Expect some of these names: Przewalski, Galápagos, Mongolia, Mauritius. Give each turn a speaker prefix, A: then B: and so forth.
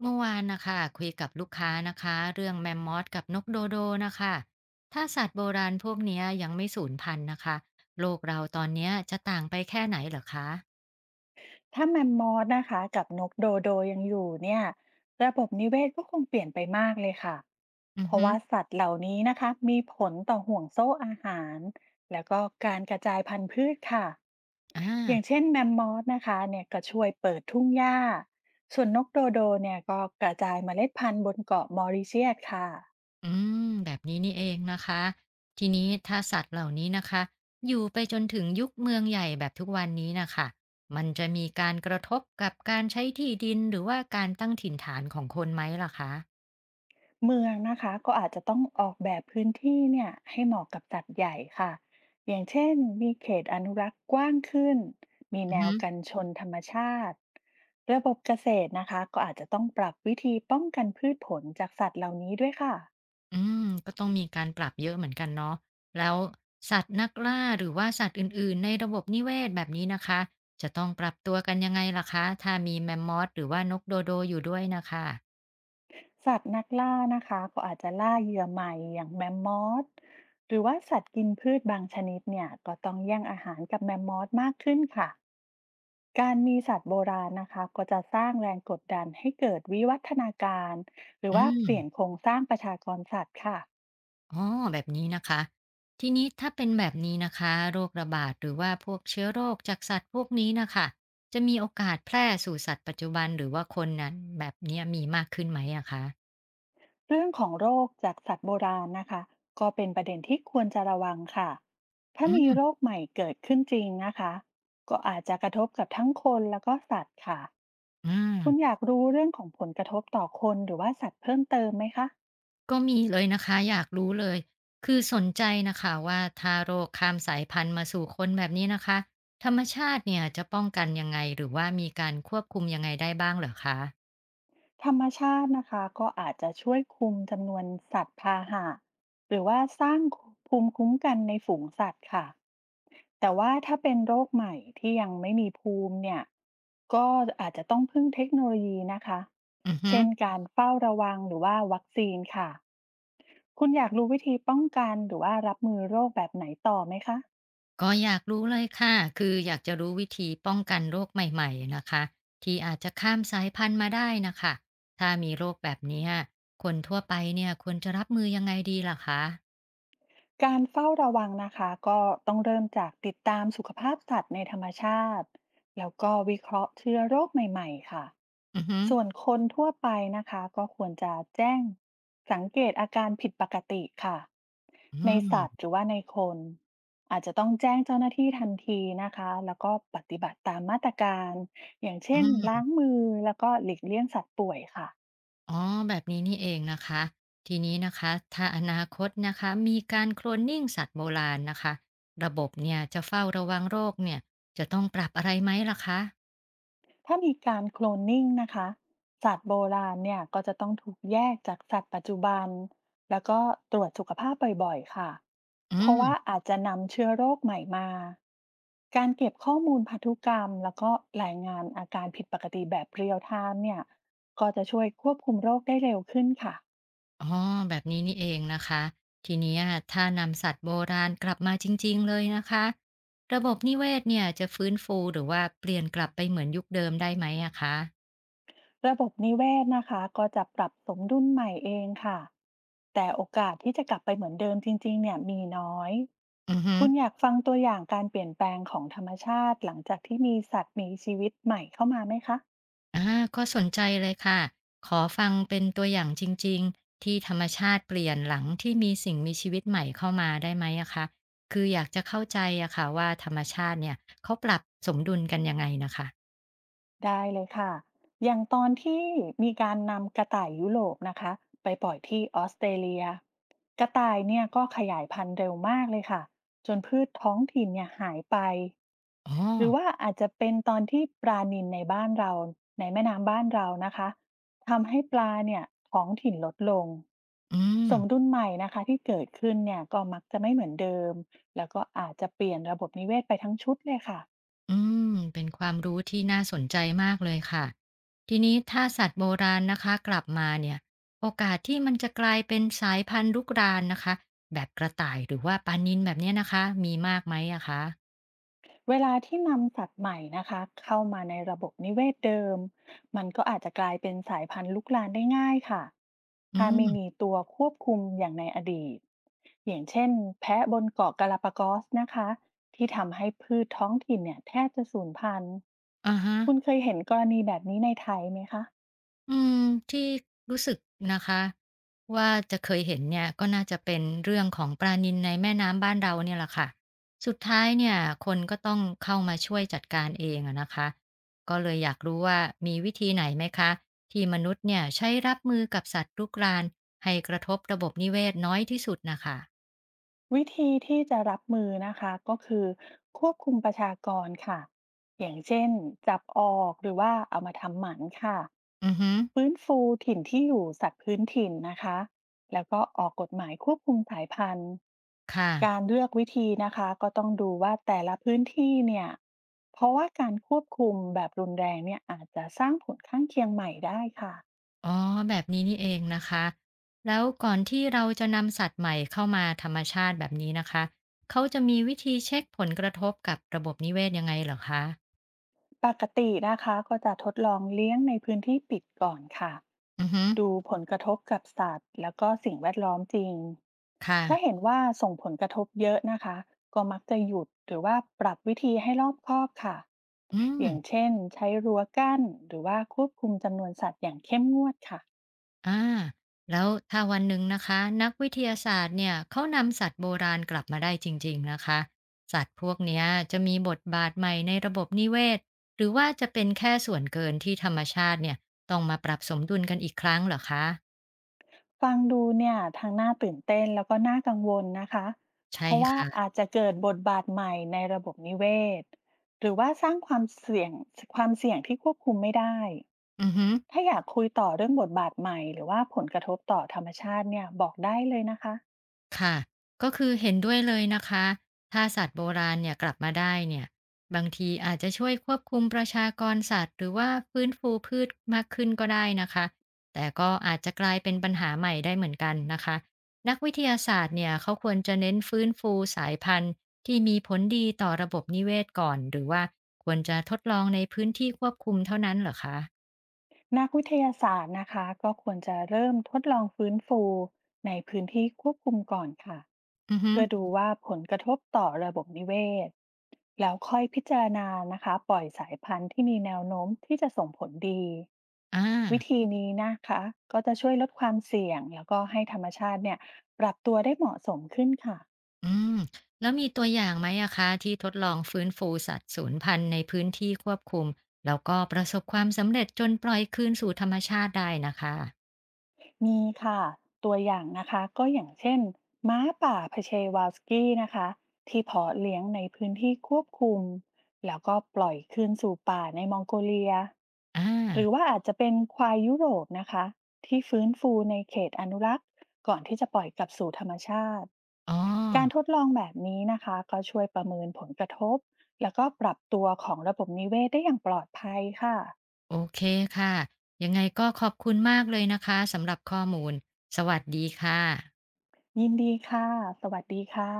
A: เมื่อวานนะคะคุยกับลูกค้านะคะเรื่องแมมมอธกับนกโดโดนะคะถ้าสัตว์โบราณพวกเนี้ยยังไม่สูญพันธุ์นะคะโลกเราตอนเนี้ยจะต่างไปแค่ไหนเหรอคะ
B: ถ้าแมมมอธนะคะกับนกโดโดยังอยู่เนี่ยระบบนิเวศก็คงเปลี่ยนไปมากเลยค่ะ
A: อือ
B: เพราะ
A: ฮึ
B: ว่าสัตว์เหล่านี้นะคะมีผลต่อห่วงโซ่อาหารแล้วก็การกระจายพันธุ์พืชค่ะ
A: อ่า
B: อย่างเช่นแมมมอธนะคะเนี่ยก็ช่วยเปิดทุ่งหญ้าส่วนนกโดโดเนี่ยก็กระจายเมล็ดพันธุ์บนเกาะมอริเชียสค่ะ
A: อืมแบบนี้นี่เองนะคะทีนี้ถ้าสัตว์เหล่านี้นะคะอยู่ไปจนถึงยุคเมืองใหญ่แบบทุกวันนี้นะคะมันจะมีการกระทบกับการใช้ที่ดินหรือว่าการตั้งถิ่นฐานของคนไหมล่ะคะ
B: เมืองนะคะก็อาจจะต้องออกแบบพื้นที่เนี่ยให้เหมาะกับสัตว์ใหญ่ค่ะอย่างเช่นมีเขตอนุรักษ์กว้างขึ้นมีแนวกันชนธรรมชาติระบบเกษตรนะคะก็อาจจะต้องปรับวิธีป้องกันพืชผลจากสัตว์เหล่านี้ด้วยค่ะ
A: อืมก็ต้องมีการปรับเยอะเหมือนกันเนาะแล้วสัตว์นักล่าหรือว่าสัตว์อื่นๆในระบบนิเวศแบบนี้นะคะจะต้องปรับตัวกันยังไงล่ะคะถ้ามีแมมมอธหรือว่านกโดโดอยู่ด้วยนะคะ
B: สัตว์นักล่านะคะก็อาจจะล่าเหยื่อใหม่อย่างแมมมอสหรือว่าสัตว์กินพืชบางชนิดเนี่ยก็ต้องแย่งอาหารกับแมมมอสมากขึ้นค่ะ การมีสัตว์โบราณนะคะก็จะสร้างแรงกดดันให้เกิดวิวัฒนาการหรือ
A: อื
B: ว่า
A: ม
B: เปลี่ยนโครงสร้างประชากรสัตว์ค่ะ
A: อ๋อแบบนี้นะคะทีนี้ถ้าเป็นแบบนี้นะคะโรคระบาดหรือว่าพวกเชื้อโรคจากสัตว์พวกนี้นะคะจะมีโอกาสแพร่สู่สัตว์ปัจจุบันหรือว่าคนนั้นแบบเนี้ยมีมากขึ้นไหมอะคะ
B: เรื่องของโรคจากสัตว์โบราณนะคะก็เป็นประเด็นที่ควรจะระวังค่ะถ้า
A: อื
B: มีโร
A: ม
B: คใหม่เกิดขึ้นจริงนะคะก็อาจจะกระทบกับทั้งคนแล้วก็สัตว์ค่ะ
A: อืม
B: คุณอยากรู้เรื่องของผลกระทบต่อคนหรือว่าสัตว์เพิ่มเติมไหมคะ
A: ก็มีเลยนะคะอยากรู้เลยคือสนใจนะคะว่าถ้าโรคข้ามสายพันธุ์มาสู่คนแบบนี้นะคะธรรมชาติเนี่ยจะป้องกันยังไงหรือว่ามีการควบคุมยังไงได้บ้างเหรอคะ
B: ธรรมชาตินะคะก็อาจจะช่วยคุมจำนวนสัตว์พาหะหรือว่าสร้างภูมิคุ้มกันในฝูงสัตว์ค่ะแต่ว่าถ้าเป็นโรคใหม่ที่ยังไม่มีภูมิเนี่ยก็อาจจะต้องพึ่งเทคโนโลยีนะคะ
A: อือฮึ
B: เช่นการเฝ้าระวังหรือว่าวัคซีนค่ะคุณอยากรู้วิธีป้องกันหรือว่ารับมือโรคแบบไหนต่อไหมคะ
A: ก็อยากรู้เลยค่ะคืออยากจะรู้วิธีป้องกันโรคใหม่ๆนะคะที่อาจจะข้ามสายพันธุ์มาได้นะคะถ้ามีโรคแบบเนี้ยคนทั่วไปเนี่ยควรจะรับมือยังไงดีล่ะคะ
B: การเฝ้าระวังนะคะก็ต้องเริ่มจากติดตามสุขภาพสัตว์ในธรรมชาติแล้วก็วิเคราะห์เชื้อโรคใหม่ๆค่ะ
A: อือฮึ
B: ส่วนคนทั่วไปนะคะก็ควรจะแจ้งสังเกตอาการผิดปกติค่ะ
A: อื
B: ในสัตว์
A: ม
B: หรือว่าในคนอาจจะต้องแจ้งเจ้าหน้าที่ทันทีนะคะแล้วก็ปฏิบัติตามมาตรการอย่าง
A: อื
B: เช่น
A: ม
B: ล้างมือแล้วก็หลีกเลี่ยงสัตว์ป่วยค่ะ
A: อ๋อแบบนี้นี่เองนะคะทีนี้นะคะถ้าอนาคตนะคะมีการโคลนนิ่งสัตว์โบราณนะคะระบบเนี่ยจะเฝ้าระวังโรคเนี่ยจะต้องปรับอะไรไหมล่ะคะ
B: ถ้ามีการโคลนนิ่งนะคะสัตว์โบราณเนี่ยก็จะต้องถูกแยกจากสัตว์ปัจจุบันแล้วก็ตรวจสุขภาพบ่อยๆค่ะ
A: อื
B: เพราะว่า
A: ม
B: อาจจะนำเชื้อโรคใหม่มาการเก็บข้อมูลพันธุกรรมแล้วก็รายงานอาการผิดปกติแบบเรียลไทม์เนี่ยก็จะช่วยควบคุมโรคได้เร็วขึ้นค่ะ
A: อ๋อแบบนี้นี่เองนะคะทีเนี้ยถ้านำสัตว์โบราณกลับมาจริงๆเลยนะคะระบบนิเวศเนี่ยจะฟื้นฟูหรือว่าเปลี่ยนกลับไปเหมือนยุคเดิมได้ไหมอะคะ
B: ระบบนิเวศนะคะก็จะปรับสมดุลใหม่เองค่ะแต่โอกาสที่จะกลับไปเหมือนเดิมจริงๆเนี่ยมีน้อย
A: อือฮึ
B: คุณอยากฟังตัวอย่างการเปลี่ยนแปลงของธรรมชาติหลังจากที่มีสัตว์มีชีวิตใหม่เข้ามาไหมคะ
A: อาก็สนใจเลยค่ะ ขอฟังเป็นตัวอย่างจริงๆ ที่ธรรมชาติเปลี่ยนหลังที่มีสิ่งมีชีวิตใหม่เข้ามาได้ไหมอะคะ คืออยากจะเข้าใจอะค่ะว่าธรรมชาติเนี่ยเขาปรับสมดุลกันยังไงนะคะ
B: ได้เลยค่ะอย่างตอนที่มีการนำกระต่ายยุโรปนะคะไปปล่อยที่ออสเตรเลียกระต่ายเนี่ยก็ขยายพันธุ์เร็วมากเลยค่ะจนพืชท้องถิ่นเนี่ยหายไป
A: อ๋อ
B: หรือว่าอาจจะเป็นตอนที่ปลานิลในบ้านเราในแม่น้ำบ้านเรานะคะทำให้ปลาเนี่ยของถิ่นลดลง
A: อืม
B: สมดุลใหม่นะคะที่เกิดขึ้นเนี่ยก็มักจะไม่เหมือนเดิมแล้วก็อาจจะเปลี่ยนระบบนิเวศไปทั้งชุดเลยค่ะ
A: อืมเป็นความรู้ที่น่าสนใจมากเลยค่ะทีนี้ถ้าสัตว์โบราณนะคะกลับมาเนี่ย โอกาสที่มันจะกลายเป็นสายพันธุ์ลุกรานนะคะแบบกระต่ายหรือว่าปลานิลแบบเนี้ยนะคะมีมากไหมอะคะ
B: เวลาที่นำสัตว์ใหม่นะคะเข้ามาในระบบนิเวศเดิมมันก็อาจจะกลายเป็นสายพันธุ์ลุกลามได้ง่ายค่ะ
A: อื
B: ถ้าไม่มี
A: ม
B: ตัวควบคุมอย่างในอดีตอย่างเช่นแพะบนเกาะกาลาปากอสนะคะที่ทำให้พืชท้องถิ่นเนี่ยแทบจะสูญพันธุ์
A: อะฮะ
B: คุณเคยเห็นกรณีแบบนี้ในไทยไหมคะ
A: อืมที่รู้สึกนะคะว่าจะเคยเห็นเนี่ยก็น่าจะเป็นเรื่องของปลานิลในแม่น้ำบ้านเราเนี่ยแหละค่ะสุดท้ายเนี่ยคนก็ต้องเข้ามาช่วยจัดการเองอะนะคะก็เลยอยากรู้ว่ามีวิธีไหนไหมคะที่มนุษย์เนี่ยใช้รับมือกับสัตว์รุกรานให้กระทบระบบนิเวศน้อยที่สุดนะคะ
B: วิธีที่จะรับมือนะคะก็คือควบคุมประชากรค่ะอย่างเช่นจับออกหรือว่าเอามาทำหมันค่ะ
A: อือฮึ
B: ฟื้นฟูถิ่นที่อยู่สัตว์พื้นถิ่นนะคะแล้วก็ออกกฎหมายควบคุมสายพันธุ์
A: ค่ะ
B: การเลือกวิธีนะคะก็ต้องดูว่าแต่ละพื้นที่เนี่ยเพราะว่าการควบคุมแบบรุนแรงเนี่ยอาจจะสร้างผลข้างเคียงใหม่ได้ค่ะ
A: อ๋อแบบนี้นี่เองนะคะแล้วก่อนที่เราจะนำสัตว์ใหม่เข้ามาธรรมชาติแบบนี้นะคะเขาจะมีวิธีเช็คผลกระทบกับระบบนิเวศยังไงเหรอคะ
B: ปกตินะคะก็จะทดลองเลี้ยงในพื้นที่ปิดก่อนค่ะ
A: อือฮึ
B: ดูผลกระทบกับสัตว์แล้วก็สิ่งแวดล้อมจริง
A: ค่ะ
B: ถ้าเห็นว่าส่งผลกระทบเยอะนะคะก็มักจะหยุดหรือว่าปรับวิธีให้รอบคอบค่ะ
A: อืม
B: อย่างเช่นใช้รั้วกั้นหรือว่าควบคุมจำนวนสัตว์อย่างเข้มงวดค่ะ
A: อ่าแล้วถ้าวันหนึ่งนะคะนักวิทยาศาสตร์เนี่ยเขานำสัตว์โบราณกลับมาได้จริงๆนะคะสัตว์พวกเนี้ยจะมีบทบาทใหม่ในระบบนิเวศหรือว่าจะเป็นแค่ส่วนเกินที่ธรรมชาติเนี่ยต้องมาปรับสมดุลกันอีกครั้งเหรอคะ
B: ฟังดูเนี่ยทั้งน่าตื่นเต้นแล้วก็น่ากังวลนะคะ
A: ใช่
B: เพราะว่าอา
A: ค่ะ
B: จจะเกิดบทบาทใหม่ในระบบนิเวศหรือว่าสร้างความเสี่ยงที่ควบคุมไม่ได้
A: อือฮึ
B: ถ้าอยากคุยต่อเรื่องบทบาทใหม่หรือว่าผลกระทบต่อธรรมชาติเนี่ยบอกได้เลยนะคะ
A: ค่ะก็คือเห็นด้วยเลยนะคะถ้าสัตว์โบราณเนี่ยกลับมาได้เนี่ยบางทีอาจจะช่วยควบคุมประชากรสัตว์หรือว่าฟื้นฟูพืชมากขึ้นก็ได้นะคะแต่ก็อาจจะกลายเป็นปัญหาใหม่ได้เหมือนกันนะคะนักวิทยาศาสตร์เนี่ยเขาควรจะเน้นฟื้นฟูสายพันธุ์ที่มีผลดีต่อระบบนิเวศก่อนหรือว่าควรจะทดลองในพื้นที่ควบคุมเท่านั้นเหรอคะ
B: นักวิทยาศาสตร์นะคะก็ควรจะเริ่มทดลองฟื้นฟูในพื้นที่ควบคุมก่อนค่ะ
A: อือฮึ
B: เพื่อดูว่าผลกระทบต่อระบบนิเวศแล้วค่อยพิจารณานะคะปล่อยสายพันธุ์ที่มีแนวโน้มที่จะส่งผลดี
A: อา
B: วิธีนี้นะคะก็จะช่วยลดความเสี่ยงแล้วก็ให้ธรรมชาติเนี่ยปรับตัวได้เหมาะสมขึ้นค่ะ
A: อืมแล้วมีตัวอย่างไหมอะคะที่ทดลองฟื้นฟูสัตว์สูญพันธุ์ในพื้นที่ควบคุมแล้วก็ประสบความสำเร็จจนปล่อยคืนสู่ธรรมชาติได้นะคะ
B: มีค่ะตัวอย่างนะคะก็อย่างเช่นม้าป่าพเชวาลสกี้นะคะที่เพาะเลี้ยงในพื้นที่ควบคุมแล้วก็ปล่อยคืนสู่ป่าในมองโกเลีย
A: อ่า
B: หรือว่าอาจจะเป็นควายยุโรปนะคะที่ฟื้นฟูในเขตอนุรักษ์ก่อนที่จะปล่อยกลับสู่ธรรมชาติ
A: อ๋อ
B: การทดลองแบบนี้นะคะก็ช่วยประเมินผลกระทบแล้วก็ปรับตัวของระบบนิเวศได้อย่างปลอดภัยค่ะ
A: โอเคค่ะยังไงก็ขอบคุณมากเลยนะคะสำหรับข้อมูลสวัสดีค่ะ
B: ยินดีค่ะสวัสดีค่ะ